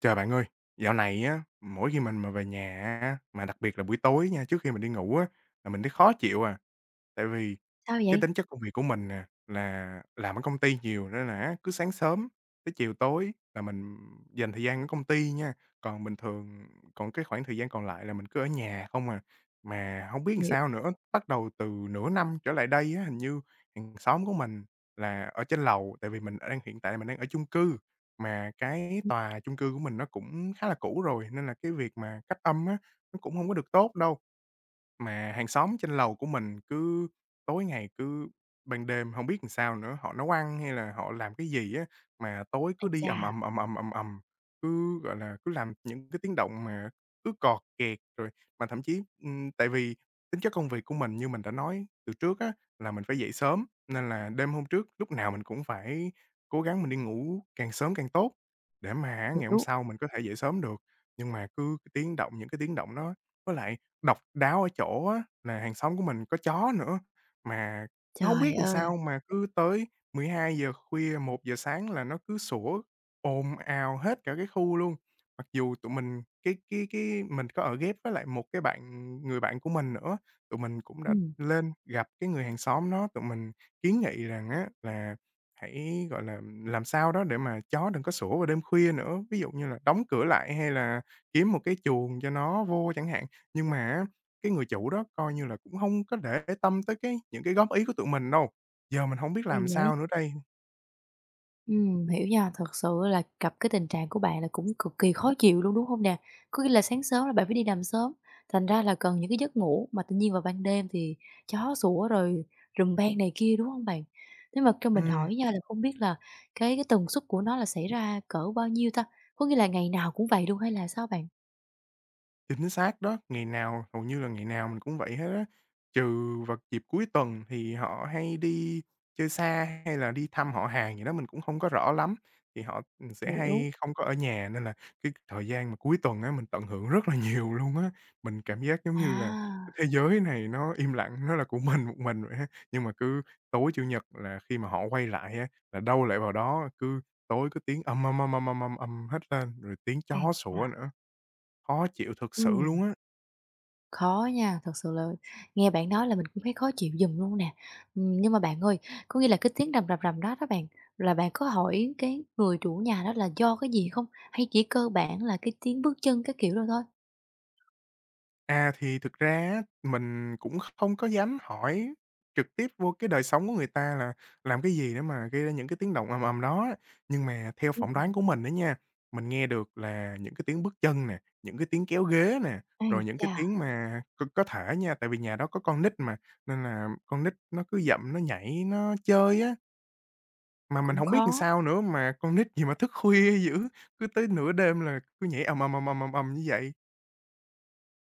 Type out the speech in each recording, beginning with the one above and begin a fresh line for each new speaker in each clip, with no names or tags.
Trời, bạn ơi, dạo này á, mỗi khi mình mà về nhà á, mà đặc biệt là buổi tối nha, trước khi mình đi ngủ á, là mình thấy khó chịu à. Tại vì
Sao
cái
vậy?
tính chất công việc của mình nè, là làm ở công ty nhiều nên là cứ sáng sớm tới chiều tối là mình dành thời gian ở công ty nha, còn bình thường còn cái khoảng thời gian còn lại là mình cứ ở nhà không à. Mà không biết làm
Hiểu.
sao nữa, bắt đầu từ nửa năm trở lại đây á, hình như hàng xóm của mình là ở trên lầu, tại vì mình đang hiện tại mình đang ở chung cư. Mà cái
Ừm,
tòa chung cư của mình nó cũng khá là cũ rồi, nên là cái việc mà cách âm á, nó cũng không có được tốt đâu. Mà hàng xóm trên lầu của mình cứ tối ngày cứ ban đêm không biết làm sao nữa, họ nấu ăn hay là họ làm cái gì á, mà tối
ái
cứ đi
chà,
ầm ầm, ầm ầm, ầm ầm, cứ, gọi là, cứ làm những cái tiếng động mà cứ cọt kẹt rồi mà thậm chí tại vì tính chất công việc của mình như mình đã nói từ trước á, là mình phải dậy sớm, nên là đêm hôm trước lúc nào mình cũng phải cố gắng mình đi ngủ càng sớm càng tốt, để mà ngày hôm
hiểu.
sau mình có thể dậy sớm được. Nhưng mà cứ cái tiếng động những cái tiếng động đó với lại độc đáo ở chỗ á là hàng xóm của mình có chó nữa, mà hông
Trời
biết làm
ơi!
sao mà cứ tới 12 giờ khuya, 1 giờ sáng là nó cứ sủa ồn ào hết cả cái khu luôn. Mặc dù tụi mình cái mình có ở ghép với lại một cái bạn người bạn của mình nữa, tụi mình cũng đã
Ừm,
lên gặp cái người hàng xóm đó, tụi mình kiến nghị rằng á là hãy, gọi là, làm sao đó để mà chó đừng có sủa vào đêm khuya nữa, ví dụ như là đóng cửa lại hay là kiếm một cái chuồng cho nó vô chẳng hạn. Nhưng mà á, cái người chủ đó coi như là cũng hông có để tâm tới cái những cái góp ý của tụi mình đâu. Giờ mình hổng biết
kỳ
làm
vậy?
sao nữa đây.
Hiểu nha, thật sự là gặp cái tình trạng của bạn là cũng cực kỳ khó chịu luôn, đúng hông nè? Có nghĩa là sáng sớm là bạn phải đi làm sớm, thành ra là cần những cái giấc ngủ mà tự nhiên vào ban đêm thì chó sủa rồi rùm beng này kia, đúng hông bạn? Thế mà cho mình
Ừm.
hỏi nha là không biết là cái tần suất của nó là xảy ra cỡ bao nhiêu ta? Có nghĩa là ngày nào cũng vậy luôn hay là sao bạn?
Chính xác đó, ngày nào hầu như là ngày nào mình cũng vậy hết á, trừ vào dịp cuối tuần thì họ hay đi chơi xa hay là đi thăm họ hàng gì đó mình cũng không có rõ lắm, thì họ, ừ, sẽ
Hiểu.
hay không có ở nhà nên là cái thời gian mà cuối tuần á mình tận hưởng rất là nhiều luôn á. Mình cảm giác giống như là
À,
cái thế giới này nó im lặng, nó là của mình một mình vậy á. Nhưng mà cứ tối Chủ nhật là khi mà họ quay lại á, là đâu lại vào đó, cứ tối cứ tiếng "âm, âm, âm, âm, âm, âm", âm hết lên, rồi tiếng
ái
chó
chà,
sủa nữa. Khó chịu thực sự
ừm.
luôn á.
Khó nha, thật sự là nghe bạn nói là mình cũng thấy khó chịu giùm luôn nè. Nhưng mà bạn ơi, có nghĩa là cái tiếng rầm rầm rầm đó đó bạn, là bạn có hỏi cái người chủ nhà đó là do cái gì không? Hay chỉ cơ bản là cái tiếng bước chân cái kiểu rồi thôi?
À, thì thực ra á, mình cũng không có dám hỏi trực tiếp vô cái đời sống của người ta là làm cái gì để mà gây ra những cái tiếng động ầm ầm đó á. Nhưng mà theo
Ừm,
phỏng đoán của mình á nha, mình nghe được là những cái tiếng bước chân nè, những cái tiếng kéo ghế nè,
ai
rồi những cái
chà,
tiếng mà có thể nha, tại vì nhà đó có con nít mà, nên là con nít nó cứ dậm, nó nhảy, nó chơi á, mà mình
cũng
không biết làm
khó.
sao nữa, mà con nít gì mà thức khuya dữ, cứ tới nửa đêm là cứ nhảy ầm ầm, ầm ầm, ầm ầm như vậy.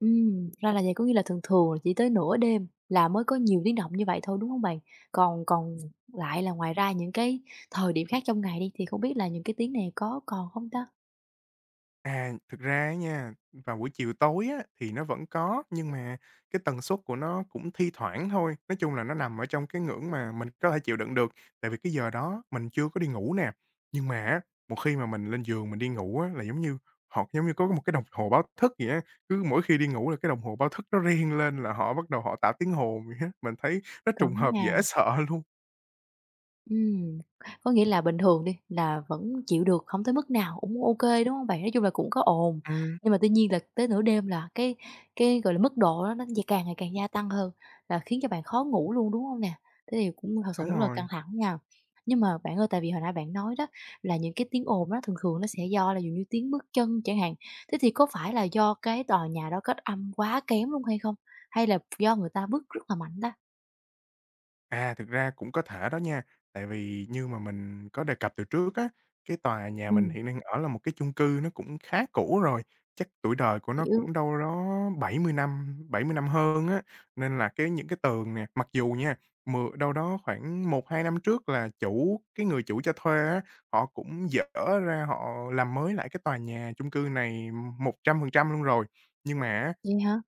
Ra là vậy, có nghĩa là thường thường là chỉ tới nửa đêm là mới có nhiều tiếng động như vậy thôi, đúng không bạn? Còn còn lại là ngoài ra những cái thời điểm khác trong ngày đi, thì không biết là những cái tiếng này có còn không ta?
À, thực ra á nha, vào buổi chiều tối á, thì nó vẫn có, nhưng mà cái tần suất của nó cũng thi thoảng thôi. Nói chung là nó nằm ở trong cái ngưỡng mà mình có thể chịu đựng được, tại vì cái giờ đó mình chưa có đi ngủ nè. Nhưng mà á, một khi mà mình lên giường mình đi ngủ á, là giống như họ giống như có một cái đồng hồ báo thức vậy á, cứ mỗi khi đi ngủ là cái đồng hồ báo thức nó reng lên là họ bắt đầu họ tạo tiếng hồn vậy á, mình thấy nó
Còn
trùng hợp dễ
nha.
sợ luôn.
Ừm, có nghĩa là bình thường đi là vẫn chịu được, không tới mức nào cũng ok, đúng không bạn? Nói chung là cũng có ồn,
Ừm,
nhưng mà tuy nhiên là tới nửa đêm là cái, gọi là, mức độ đó nó ngày càng gia tăng hơn, là khiến cho bạn khó ngủ luôn, đúng không nè? Thế thì cũng thật sự
đúng
rất là căng
rồi.
thẳng nha. Nhưng mà bạn ơi, tại vì hồi nãy bạn nói đó là những cái tiếng ồn đó thường thường nó sẽ do là dụ như tiếng bước chân chẳng hạn, thế thì có phải là do cái tòa nhà đó kết âm quá kém luôn hay không? Hay là do người ta bước rất là mạnh ta?
À, thực ra cũng có thể đó nha, tại vì như mà mình có đề cập từ trước á, cái tòa nhà mình
Ừm,
hiện đang ở là một cái chung cư nó cũng khá cũ rồi, chắc tuổi đời của nó
hiểu.
cũng đâu đó 70 năm, 70 năm hơn á, nên là cái những cái tường nè, mặc dù nha, đâu đó khoảng 1 2 năm trước là chủ cái người chủ cho thuê á, họ cũng dỡ ra họ làm mới lại cái tòa nhà chung cư này 100% luôn rồi. Nhưng mà á,
Vậy hả?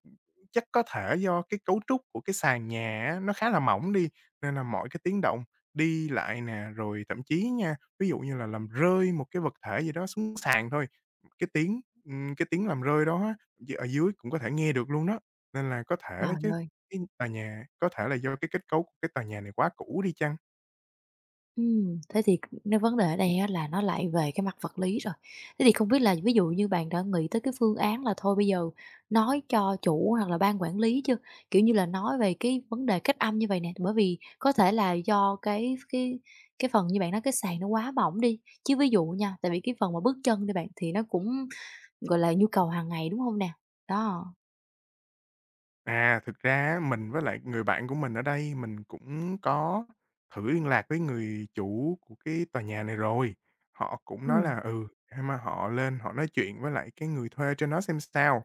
chắc có thể do cái cấu trúc của cái sàn nhà á, nó khá là mỏng đi, nên là mọi cái tiếng động đi lại nè, rồi thậm chí nha, ví dụ như là làm rơi một cái vật thể gì đó xuống sàn thôi, cái tiếng làm rơi đó á, ở dưới cũng có thể nghe được luôn đó, nên là có thể đó
Trời
chứ,
ơi!
cái tòa nhà có thể là do cái kết cấu của cái tòa nhà này quá cũ đi chăng?
Thế thì nếu vấn đề ở đây á là nó lại về cái mặt vật lý rồi. Thế thì không biết là ví dụ như bạn đã nghĩ tới cái phương án là thôi bây giờ nói cho chủ hoặc là ban quản lý chưa? Kiểu như là nói về cái vấn đề cách âm như vậy nè, bởi vì có thể là do cái phần như bạn nói cái sàn nó quá mỏng đi, chứ ví dụ nha, tại vì cái phần mà bước chân đi bạn thì nó cũng, gọi là, nhu cầu hàng ngày, đúng không nè? Đó,
À, thực ra á, mình với lại người bạn của mình ở đây, mình cũng có thử liên lạc với người chủ của cái tòa nhà này rồi. Họ cũng nói
ừ
là, ừ, để mà họ lên họ nói chuyện với lại cái người thuê trên đó xem sao.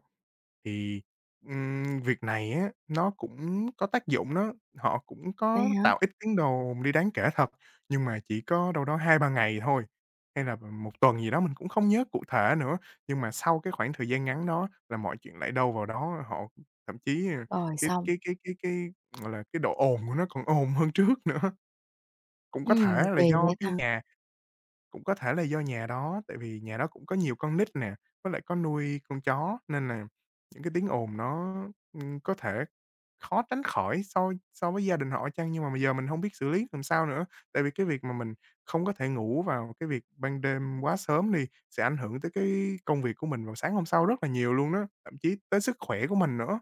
Thì, việc này á, nó cũng có tác dụng đó, họ cũng
vậy
có
hả?
tạo ít tiếng đồn đi đáng kể thật, nhưng mà chỉ có đâu đó 2 3 ngày thôi, hay là một tuần gì đó, mình cũng không nhớ cụ thể nữa. Nhưng mà sau cái khoảng thời gian ngắn đó là mọi chuyện lại đâu vào đó, họ thậm chí,
Rồi
cái
xong,
cái cái cái cái, gọi là, cái độ ồn của nó còn ồn hơn trước nữa. Cũng có thể là
kỳ
do
vậy
cái
ta?
nhà cũng có thể là do nhà đó, tại vì nhà đó cũng có nhiều con nít nè, với lại có nuôi con chó nên là những cái tiếng ồn nó, có thể khó tránh khỏi so so với gia đình họ chăng. Nhưng mà bây giờ mình hông biết xử lý làm sao nữa, tại vì cái việc mà mình không có thể ngủ vào cái việc ban đêm quá sớm đi, sẽ ảnh hưởng tới cái công việc của mình vào sáng hôm sau rất là nhiều luôn á, thậm chí tới sức khỏe của mình nữa.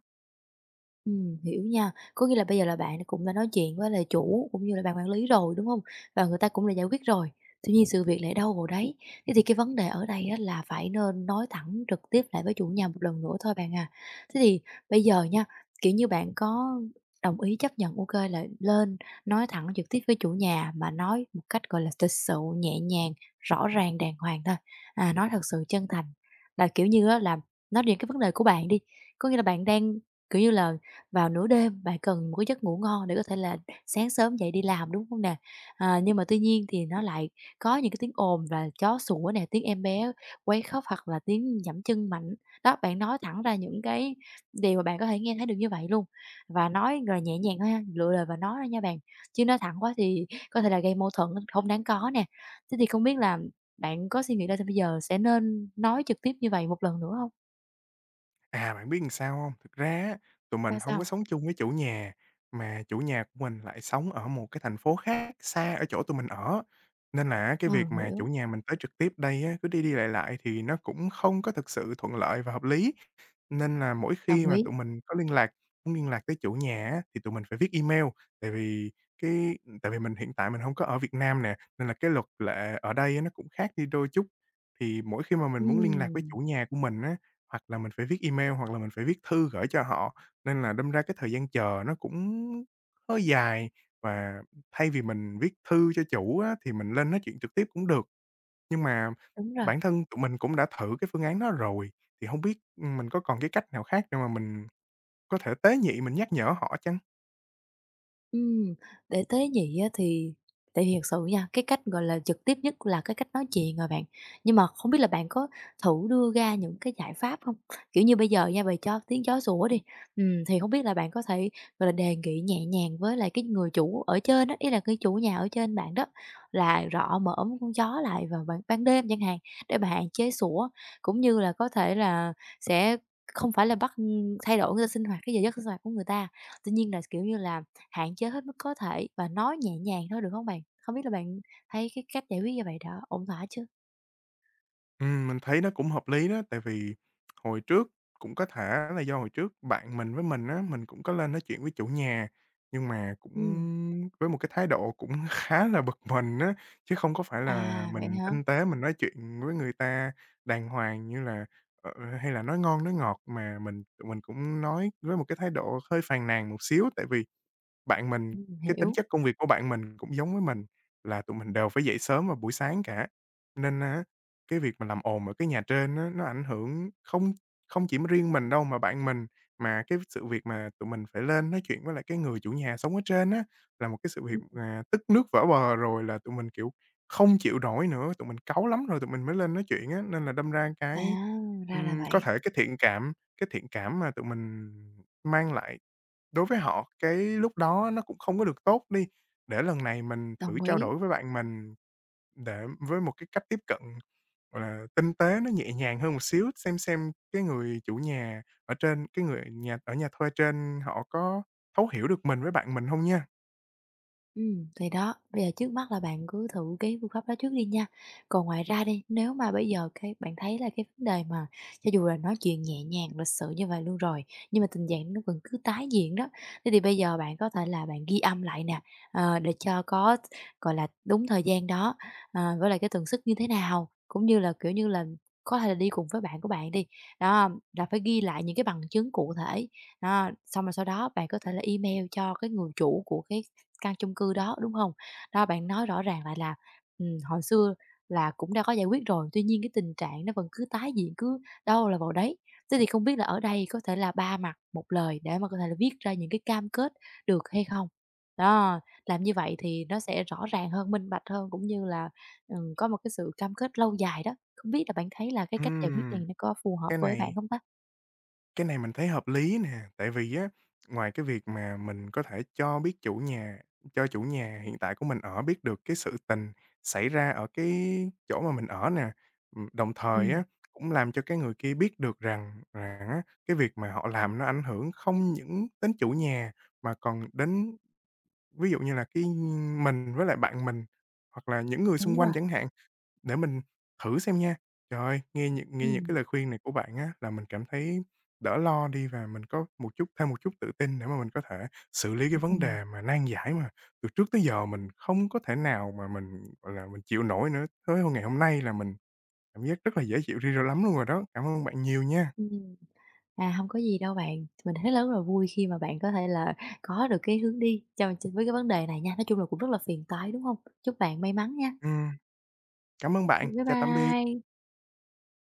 Hiểu nha. Có nghĩa là bây giờ là bạn cũng đã nói chuyện với lại chủ cũng như là ban quản lý rồi, đúng không? Và người ta cũng đã giải quyết rồi, tuy nhiên sự việc lại đâu vào đấy. Thế thì cái vấn đề ở đây á là phải nên nói thẳng trực tiếp lại với chủ nhà một lần nữa thôi bạn à. Thế thì bây giờ nha, kiểu như, bạn có đồng ý chấp nhận, ok là lên nói thẳng trực tiếp với chủ nhà mà nói một cách, gọi là, thực sự nhẹ nhàng, rõ ràng, đàng hoàng thôi, à, nói thật sự chân thành. Là, kiểu như á, là nói về cái vấn đề của bạn đi, có nghĩa là bạn đang, kiểu như là, vào nửa đêm bạn cần một cái giấc ngủ ngon để có thể là sáng sớm dậy đi làm, đúng không nè? À, nhưng mà tuy nhiên thì nó lại có những cái tiếng ồn là chó sủa nè, tiếng em bé quấy khóc hoặc là tiếng giẫm chân mạnh. Đó, bạn nói thẳng ra những cái điều mà bạn có thể nghe thấy được như vậy luôn, và nói rồi nhẹ nhàng thôi ha, lựa lời và nói ra nha bạn, chứ nói thẳng quá thì có thể là gây mâu thuẫn không đáng có nè. Thế thì không biết là bạn có suy nghĩ ra thì bây giờ sẽ nên nói trực tiếp như vậy một lần nữa không?
À, bạn biết làm sao hông? Thực ra á, tụi mình
Ra
hông có
sao?
sống chung với chủ nhà, mà chủ nhà của mình lại sống ở một cái thành phố khác xa ở chỗ tụi mình ở, nên là á cái
Ờ,
việc mà chủ
hiểu,
nhà mình tới trực tiếp đây á, cứ đi đi lại lại thì nó cũng không có thực sự thuận lợi và hợp lý. Nên là mỗi khi
đồng
mà
ý.
tụi mình có liên lạc muốn liên lạc tới chủ nhà á, thì tụi mình phải viết email, tại vì tại vì hiện tại mình hông có ở Việt Nam nè, nên là cái luật lệ ở đây á nó cũng khác đi đôi chút. Thì mỗi khi mà mình muốn liên lạc với
Ừm.
chủ nhà của mình á, hoặc là mình phải viết email, hoặc là mình phải viết thư gửi cho họ, nên là đâm ra cái thời gian chờ nó cũng hơi dài. Và thay vì mình viết thư cho chủ á, thì mình lên nói chuyện trực tiếp cũng được. Nhưng mà
Đúng rồi,
bản thân tụi mình cũng đã thử cái phương án đó rồi, thì không biết, mình có còn cái cách nào khác để mà mình có thể tế nhị mình nhắc nhở họ chăng?
ừm, để tế nhị á thì tại vì thật sự nha, cái cách, gọi là, trực tiếp nhất là cái cách nói chuyện rồi bạn. Nhưng mà không biết là bạn có thử đưa ra những cái giải pháp không? Kiểu như bây giờ nha, về cho tiếng chó sủa đi, thì không biết là bạn có thể, gọi là, đề nghị nhẹ nhàng với lại cái người chủ ở trên đó, ý là cái chủ nhà ở trên bạn đó, là rọ mõm con chó lại vào ban ban đêm chẳng hạn, để mà hạn chế sủa, cũng như là có thể là sẽ không phải là bắt, thay đổi cái sinh hoạt, cái giờ giấc sinh hoạt của người ta. Tuy nhiên là, kiểu như là hạn chế hết mức có thể và nói nhẹ nhàng thôi, được không bạn? Không biết là bạn thấy cái cách giải quyết như vậy đã ổn thỏa chưa?
Mình thấy nó cũng hợp lý đó, tại vì hồi trước cũng có thể là do hồi trước bạn mình với mình á, mình cũng có lên nói chuyện với chủ nhà, nhưng mà cũng
Ừm.
với một cái thái độ cũng khá là bực mình á, chứ không có phải là
À, vậy
mình
hả?
tinh tế mình nói chuyện với người ta đàng hoàng như là, ờ, hay là nói ngon nói ngọt, mà tụi mình cũng nói với một cái thái độ hơi phàn nàn một xíu, tại vì bạn mình cái tính
Hiểu.
chất công việc của bạn mình cũng giống với mình là tụi mình đều phải dậy sớm vào buổi sáng cả, nên á, cái việc mà làm ồn ở cái nhà trên á, nó ảnh hưởng không không chỉ riêng mình đâu mà bạn mình, mà cái sự việc mà tụi mình phải lên nói chuyện với lại cái người chủ nhà sống ở trên á, là một cái sự việc,
Ừm.
à, tức nước vỡ bờ rồi là tụi mình, kiểu, không chịu nổi nữa, tụi mình cáu lắm rồi tụi mình mới lên nói chuyện á, nên là đâm ra
À,
cái,
ra là
có
vậy,
thể cái thiện cảm mà tụi mình mang lại đối với họ, cái lúc đó nó cũng không có được tốt đi, để lần này mình thử
đồng
trao
ý.
đổi với bạn mình để với một cái cách tiếp cận, gọi là, tinh tế, nó nhẹ nhàng hơn một xíu, xem cái người nhà ở nhà thuê trên họ có thấu hiểu được mình với bạn mình không nha.
Thì đó, bây giờ trước mắt là bạn cứ thử cái phương pháp đó trước đi nha. Còn ngoài ra đi, nếu mà bây giờ cái bạn thấy là cái vấn đề mà cho dù là nói chuyện nhẹ nhàng, lịch sự như vậy luôn rồi, nhưng mà tình trạng nó vẫn cứ tái diễn đó, thế thì bây giờ bạn có thể là bạn ghi âm lại nè, ờ, để cho có, gọi là, đúng thời gian đó, ờ, với lại cái tần suất như thế nào, cũng như là, kiểu như là, có thể là đi cùng với bạn của bạn đi, đó, là phải ghi lại những cái bằng chứng cụ thể. Đó, xong rồi sau đó bạn có thể là email cho cái người chủ của cái căn chung cư đó, đúng không? Đó, bạn nói rõ ràng lại là, hồi xưa là cũng đã có giải quyết rồi, tuy nhiên cái tình trạng nó vẫn cứ tái diễn, cứ đâu là vào đấy. Thế thì không biết là ở đây có thể là ba mặt một lời để mà có thể là viết ra những cái cam kết được hay không? Đó, làm như vậy thì nó sẽ rõ ràng hơn, minh bạch hơn, cũng như là, có một cái sự cam kết lâu dài đó. Không biết là bạn thấy là cái cách giải quyết này
Ừm,
nó có phù hợp
cái
với bạn
này
không ta?
Cái này mình thấy hợp lý nè, tại vì á, ngoài cái việc mà mình có thể cho chủ nhà hiện tại của mình ở biết được cái sự tình xảy ra ở cái chỗ mà mình ở nè, đồng
Ừ.
thời á, cũng làm cho cái người kia biết được rằng rằng á, cái việc mà họ làm nó ảnh hưởng không những đến chủ nhà mà còn đến ví dụ như là mình với lại bạn mình, hoặc là những người
Đúng
xung
rồi.
quanh chẳng hạn. Để mình thử xem nha. Trời ơi,
Ừ.
nghe những cái lời khuyên này của bạn á, là mình cảm thấy đỡ lo đi và mình có một chút thêm một chút tự tin để mà mình có thể xử lý cái vấn
Ừ.
đề nan giải mà từ trước tới giờ mình không có thể nào mà mình, gọi là, mình chịu nổi nữa. Tới ngày hôm nay là mình cảm giác rất là dễ chịu đi rồi lắm luôn rồi đó. Cảm ơn bạn nhiều nha.
À, không có gì đâu bạn, mình thấy rất là vui khi mà bạn có thể là có được cái hướng đi cho với cái vấn đề này nha. Nói chung là cũng rất là phiền toái, đúng không? Chúc bạn may mắn nha.
Ừm, cảm ơn bạn.
Bye
Chào tạm biệt.
bye.